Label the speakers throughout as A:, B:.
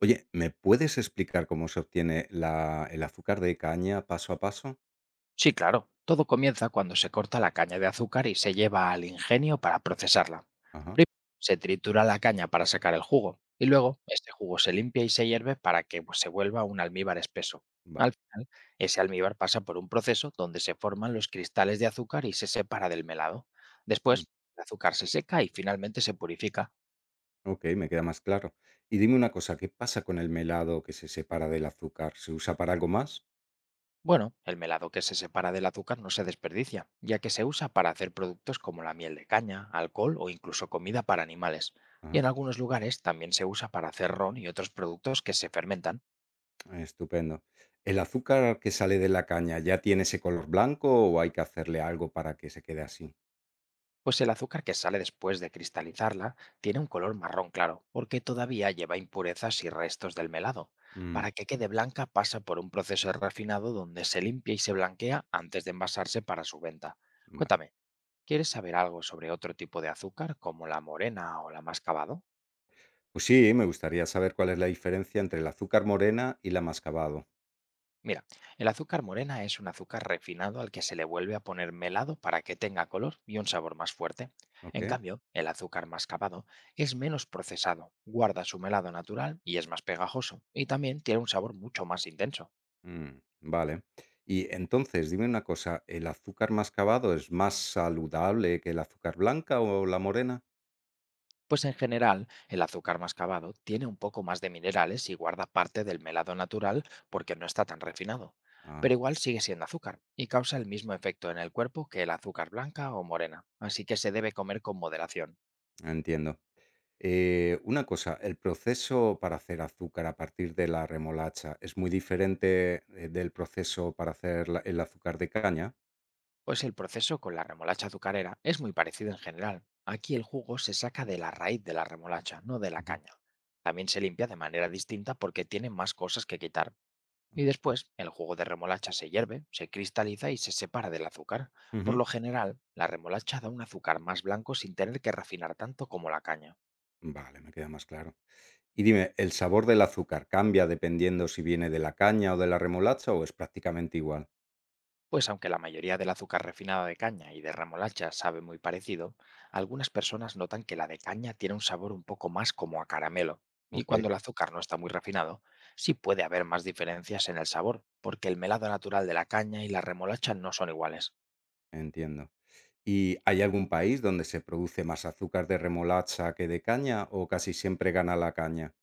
A: Oye, ¿me puedes explicar cómo se obtiene la el azúcar de caña paso a paso?
B: Sí, claro. Todo comienza cuando se corta la caña de azúcar y se lleva al ingenio para procesarla.
A: Ajá,
B: Primero se tritura la caña para sacar el jugo y luego este jugo se limpia y se hierve para que se vuelva un almíbar espeso.
A: vale.
B: Al final, ese almíbar pasa por un proceso donde se forman los cristales de azúcar y se separa del melado.
A: Mm,
B: Después, el azúcar se seca y finalmente se purifica.
A: okey, me queda más claro. Y dime una cosa, ¿qué pasa con el melado que se separa del azúcar? ¿Se usa para algo más?
B: Bueno, el melado que se separa del azúcar no se desperdicia, ya que se usa para hacer productos como la miel de caña, alcohol o incluso comida para animales. Y
A: Ajá,
B: en algunos lugares también se usa para hacer ron y otros productos que se fermentan.
A: estupendo. ¿El azúcar que sale de la caña ya tiene ese color blanco o hay que hacerle algo para que se quede así?
B: Pues el azúcar que sale después de cristalizarla tiene un color marrón claro, porque todavía lleva impurezas y restos del melado.
A: Mm,
B: Para que quede blanca pasa por un proceso refinado donde se limpia y se blanquea antes de envasarse para su venta.
A: vale.
B: Cuéntame, ¿quieres saber algo sobre otro tipo de azúcar como la morena o la mascabado?
A: Pues sí, me gustaría saber cuál es la diferencia entre el azúcar morena y la mascabado.
B: Mira, el azúcar morena es un azúcar refinado al que se le vuelve a poner melado para que tenga color y un sabor más fuerte.
A: ¿Ok?
B: En cambio, el azúcar mascabado es menos procesado, guarda su melado natural y es más pegajoso, y también tiene un sabor mucho más intenso.
A: Vale. Y entonces, dime una cosa, ¿el azúcar mascabado es más saludable que el azúcar blanca o la morena?
B: Pues en general, el azúcar mascabado tiene un poco más de minerales y guarda parte del melado natural porque no está tan refinado.
A: Ah,
B: Pero igual sigue siendo azúcar y causa el mismo efecto en el cuerpo que el azúcar blanca o morena, así que se debe comer con moderación.
A: entiendo. Una cosa, ¿el proceso para hacer azúcar a partir de la remolacha es muy diferente del proceso para hacer el azúcar de caña?
B: Pues el proceso con la remolacha azucarera es muy parecido en general. Aquí el jugo se saca de la raíz de la remolacha, no de la
A: Ujú.
B: caña. También se limpia de manera distinta porque tiene más cosas que quitar. Y
A: Ok.
B: después, el jugo de remolacha se hierve, se cristaliza y se separa del azúcar. Por
A: Ujú.
B: lo general, la remolacha da un azúcar más blanco sin tener que refinar tanto como la caña.
A: Vale, me queda más claro. Y dime, ¿el sabor del azúcar cambia dependiendo si viene de la caña o de la remolacha o es prácticamente igual?
B: Pues aunque la mayoría del azúcar refinado de caña y de remolacha sabe muy parecido, algunas personas notan que la de caña tiene un sabor un poco más como a caramelo. Y
A: Ok,
B: cuando el azúcar no está muy refinado, sí puede haber más diferencias en el sabor, porque el melado natural de la caña y la remolacha no son iguales.
A: entiendo. ¿Y hay algún país donde se produce más azúcar de remolacha que de caña o casi siempre gana la caña?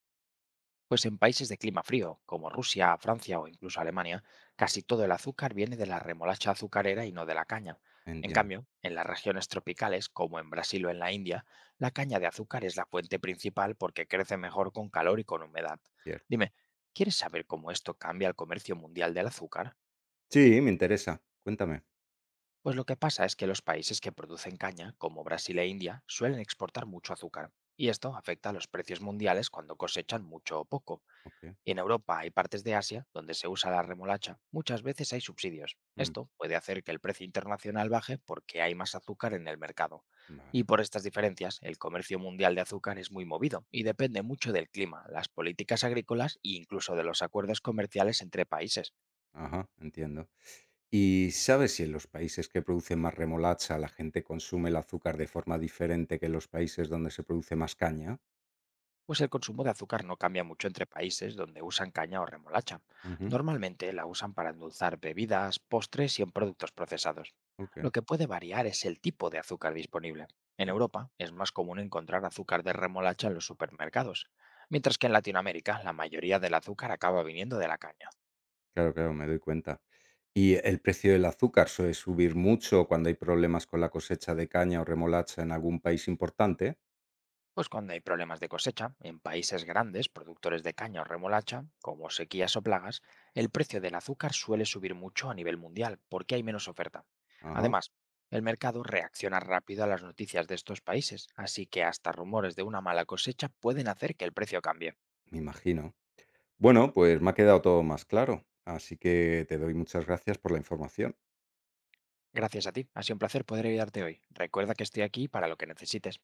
B: Pues en países de clima frío, como Rusia, Francia o incluso Alemania, casi todo el azúcar viene de la remolacha azucarera y no de la caña. En
A: Entiendo,
B: cambio, en las regiones tropicales, como en Brasil o en la India, la caña de azúcar es la fuente principal porque crece mejor con calor y con humedad.
A: cierto.
B: Dime, ¿quieres saber cómo esto cambia el comercio mundial del azúcar?
A: Sí, me interesa. Cuéntame.
B: Pues lo que pasa es que los países que producen caña, como Brasil e India, suelen exportar mucho azúcar, y esto afecta a los precios mundiales cuando cosechan mucho o poco.
A: Ok.
B: En Europa y partes de Asia, donde se usa la remolacha, muchas veces hay subsidios.
A: mm,
B: Esto puede hacer que el precio internacional baje porque hay más azúcar en el mercado.
A: Vale.
B: Y por estas diferencias, el comercio mundial de azúcar es muy movido y depende mucho del clima, las políticas agrícolas e incluso de los acuerdos comerciales entre países.
A: Ajá, entiendo. ¿Y sabes si en los países que producen más remolacha la gente consume el azúcar de forma diferente que en los países donde se produce más caña?
B: Pues el consumo de azúcar no cambia mucho entre países donde usan caña o remolacha.
A: Ujú,
B: Normalmente la usan para endulzar bebidas, postres y en productos procesados.
A: Ok,
B: Lo que puede variar es el tipo de azúcar disponible. En
A: cierto.
B: Europa es más común encontrar azúcar de remolacha en los supermercados, mientras que en Latinoamérica la mayoría del azúcar acaba viniendo de la caña.
A: Claro, claro, me doy cuenta. ¿Y el precio del azúcar suele subir mucho cuando hay problemas con la cosecha de caña o remolacha en algún país importante?
B: Pues cuando hay problemas de cosecha, en países grandes, productores de caña o remolacha, como sequías o plagas, el precio del azúcar suele subir mucho a nivel mundial porque hay menos oferta.
A: Ajá,
B: Además, el mercado reacciona rápido a las noticias de estos países, así que hasta rumores de una mala cosecha pueden hacer que el precio cambie.
A: me imagino. Bueno, pues me ha quedado todo más claro, así que te doy muchas gracias por la información.
B: Gracias a ti, ha sido un placer poder ayudarte hoy. Recuerda que estoy aquí para lo que necesites.